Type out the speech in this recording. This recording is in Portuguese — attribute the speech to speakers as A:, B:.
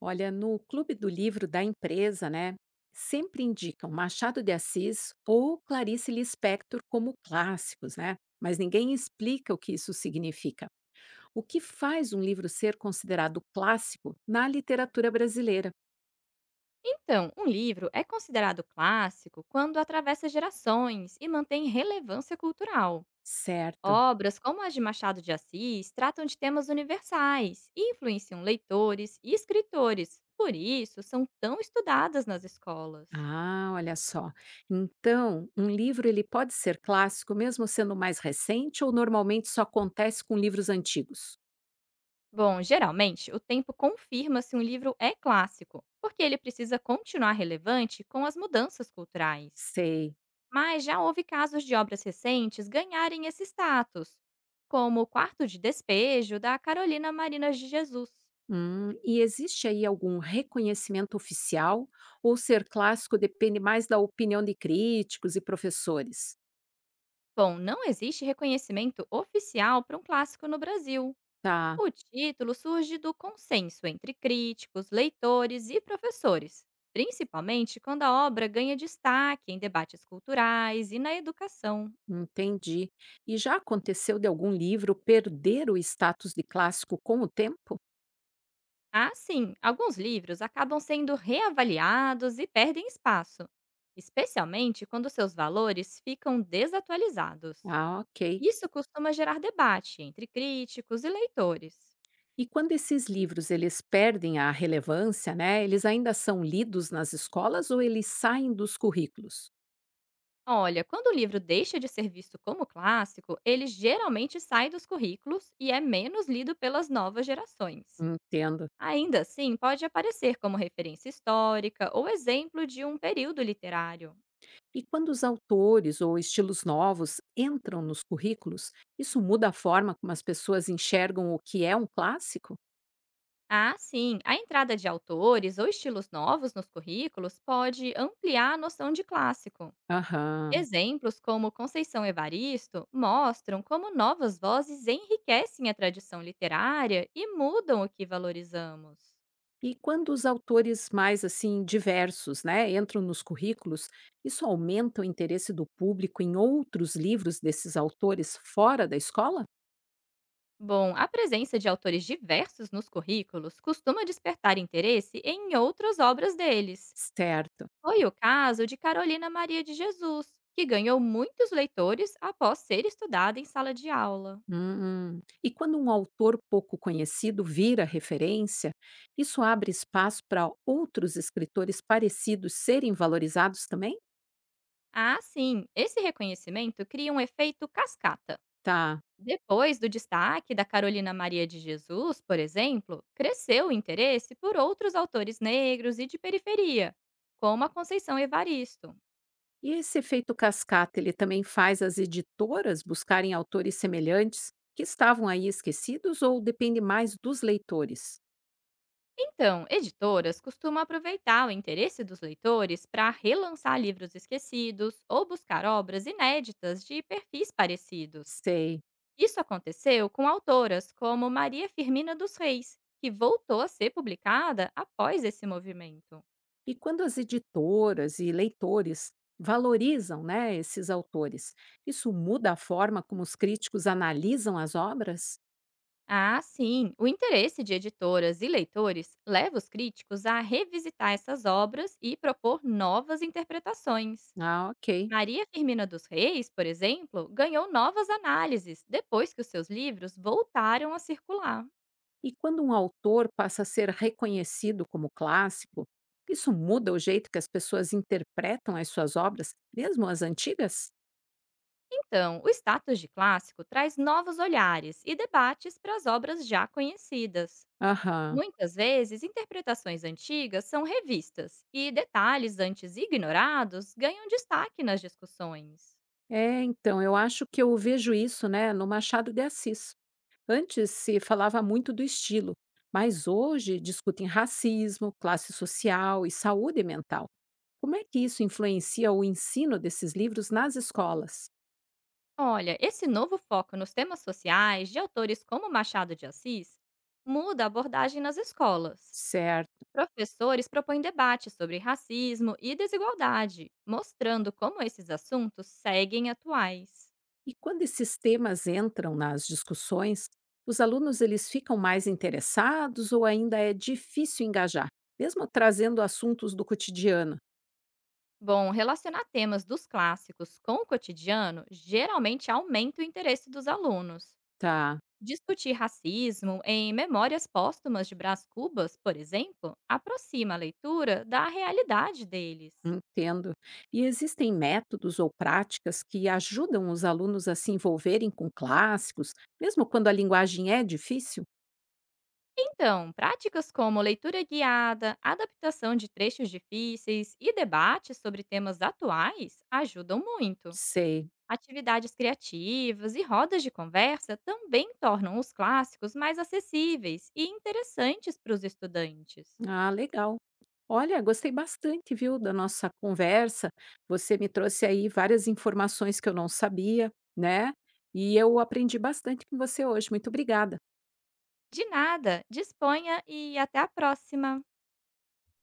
A: Olha, no clube do livro da empresa, né, sempre indicam Machado de Assis ou Clarice Lispector como clássicos, né? Mas ninguém explica o que isso significa. O que faz um livro ser considerado clássico na literatura brasileira?
B: Então, um livro é considerado clássico quando atravessa gerações e mantém relevância cultural.
A: Certo.
B: Obras como as de Machado de Assis tratam de temas universais e influenciam leitores e escritores, por isso são tão estudadas nas escolas.
A: Ah, olha só. Então, um livro ele pode ser clássico mesmo sendo mais recente ou normalmente só acontece com livros antigos?
B: Bom, geralmente o tempo confirma se um livro é clássico, porque ele precisa continuar relevante com as mudanças culturais.
A: Sei.
B: Mas já houve casos de obras recentes ganharem esse status, como o Quarto de Despejo da Carolina Marinas de Jesus.
A: E existe aí algum reconhecimento oficial ou ser clássico depende mais da opinião de críticos e professores?
B: Bom, não existe reconhecimento oficial para um clássico no Brasil.
A: Tá,
B: O título surge do consenso entre críticos, leitores e professores, principalmente quando a obra ganha destaque em debates culturais e na educação.
A: entendi. E já aconteceu de algum livro perder o status de clássico com o tempo?
B: Ah, sim, alguns livros acabam sendo reavaliados e perdem espaço, especialmente quando seus valores ficam desatualizados.
A: Ah, ok.
B: Isso costuma gerar debate entre críticos e leitores.
A: E quando esses livros eles perdem a relevância, né? Eles ainda são lidos nas escolas ou eles saem dos currículos?
B: Olha, quando o livro deixa de ser visto como clássico, ele geralmente sai dos currículos e é menos lido pelas novas gerações.
A: Entendo.
B: Ainda assim, pode aparecer como referência histórica ou exemplo de um período literário.
A: E quando os autores ou estilos novos entram nos currículos, isso muda a forma como as pessoas enxergam o que é um clássico?
B: Ah, sim. A entrada de autores ou estilos novos nos currículos pode ampliar a noção de clássico.
A: Aham.
B: Exemplos como Conceição Evaristo mostram como novas vozes enriquecem a tradição literária e mudam o que valorizamos.
A: E quando os autores mais assim diversos, né, entram nos currículos, isso aumenta o interesse do público em outros livros desses autores fora da escola?
B: Bom, a presença de autores diversos nos currículos costuma despertar interesse em outras obras deles.
A: Certo.
B: Foi o caso de Carolina Maria de Jesus, que ganhou muitos leitores após ser estudada em sala de aula.
A: Hum. E quando um autor pouco conhecido vira referência, isso abre espaço para outros escritores parecidos serem valorizados também?
B: Ah, sim. Esse reconhecimento cria um efeito cascata.
A: Tá.
B: Depois do destaque da Carolina Maria de Jesus, por exemplo, cresceu o interesse por outros autores negros e de periferia, como a Conceição Evaristo.
A: E esse efeito cascata, ele também faz as editoras buscarem autores semelhantes que estavam aí esquecidos ou depende mais dos leitores?
B: Então, editoras costumam aproveitar o interesse dos leitores para relançar livros esquecidos ou buscar obras inéditas de perfis parecidos.
A: Sei.
B: Isso aconteceu com autoras como Maria Firmina dos Reis, que voltou a ser publicada após esse movimento.
A: E quando as editoras e leitores valorizam, né, esses autores, isso muda a forma como os críticos analisam as obras?
B: Ah, sim, o interesse de editoras e leitores leva os críticos a revisitar essas obras e propor novas interpretações.
A: Ah, ok.
B: Maria Firmina dos Reis, por exemplo, ganhou novas análises depois que os seus livros voltaram a circular.
A: E quando um autor passa a ser reconhecido como clássico, isso muda o jeito que as pessoas interpretam as suas obras, mesmo as antigas?
B: Então, o status de clássico traz novos olhares e debates para as obras já conhecidas.
A: Aham.
B: Muitas vezes, interpretações antigas são revistas e detalhes antes ignorados ganham destaque nas discussões.
A: É, então, eu acho que eu vejo isso, né, no Machado de Assis. Antes se falava muito do estilo, mas hoje discutem racismo, classe social e saúde mental. Como é que isso influencia o ensino desses livros nas escolas?
B: Olha, esse novo foco nos temas sociais de autores como Machado de Assis muda a abordagem nas escolas.
A: Certo.
B: Professores propõem debates sobre racismo e desigualdade, mostrando como esses assuntos seguem atuais.
A: E quando esses temas entram nas discussões, os alunos eles ficam mais interessados ou ainda é difícil engajar, mesmo trazendo assuntos do cotidiano?
B: Bom, relacionar temas dos clássicos com o cotidiano geralmente aumenta o interesse dos alunos.
A: Tá.
B: Discutir racismo em memórias póstumas de Brás Cubas, por exemplo, aproxima a leitura da realidade deles.
A: Entendo. E existem métodos ou práticas que ajudam os alunos a se envolverem com clássicos, mesmo quando a linguagem é difícil?
B: Então, práticas como leitura guiada, adaptação de trechos difíceis e debates sobre temas atuais ajudam muito.
A: Sei.
B: Atividades criativas e rodas de conversa também tornam os clássicos mais acessíveis e interessantes para os estudantes.
A: Ah, legal. Olha, gostei bastante, viu, da nossa conversa. Você me trouxe aí várias informações que eu não sabia, né? E eu aprendi bastante com você hoje. Muito obrigada.
B: De nada, disponha e até a próxima!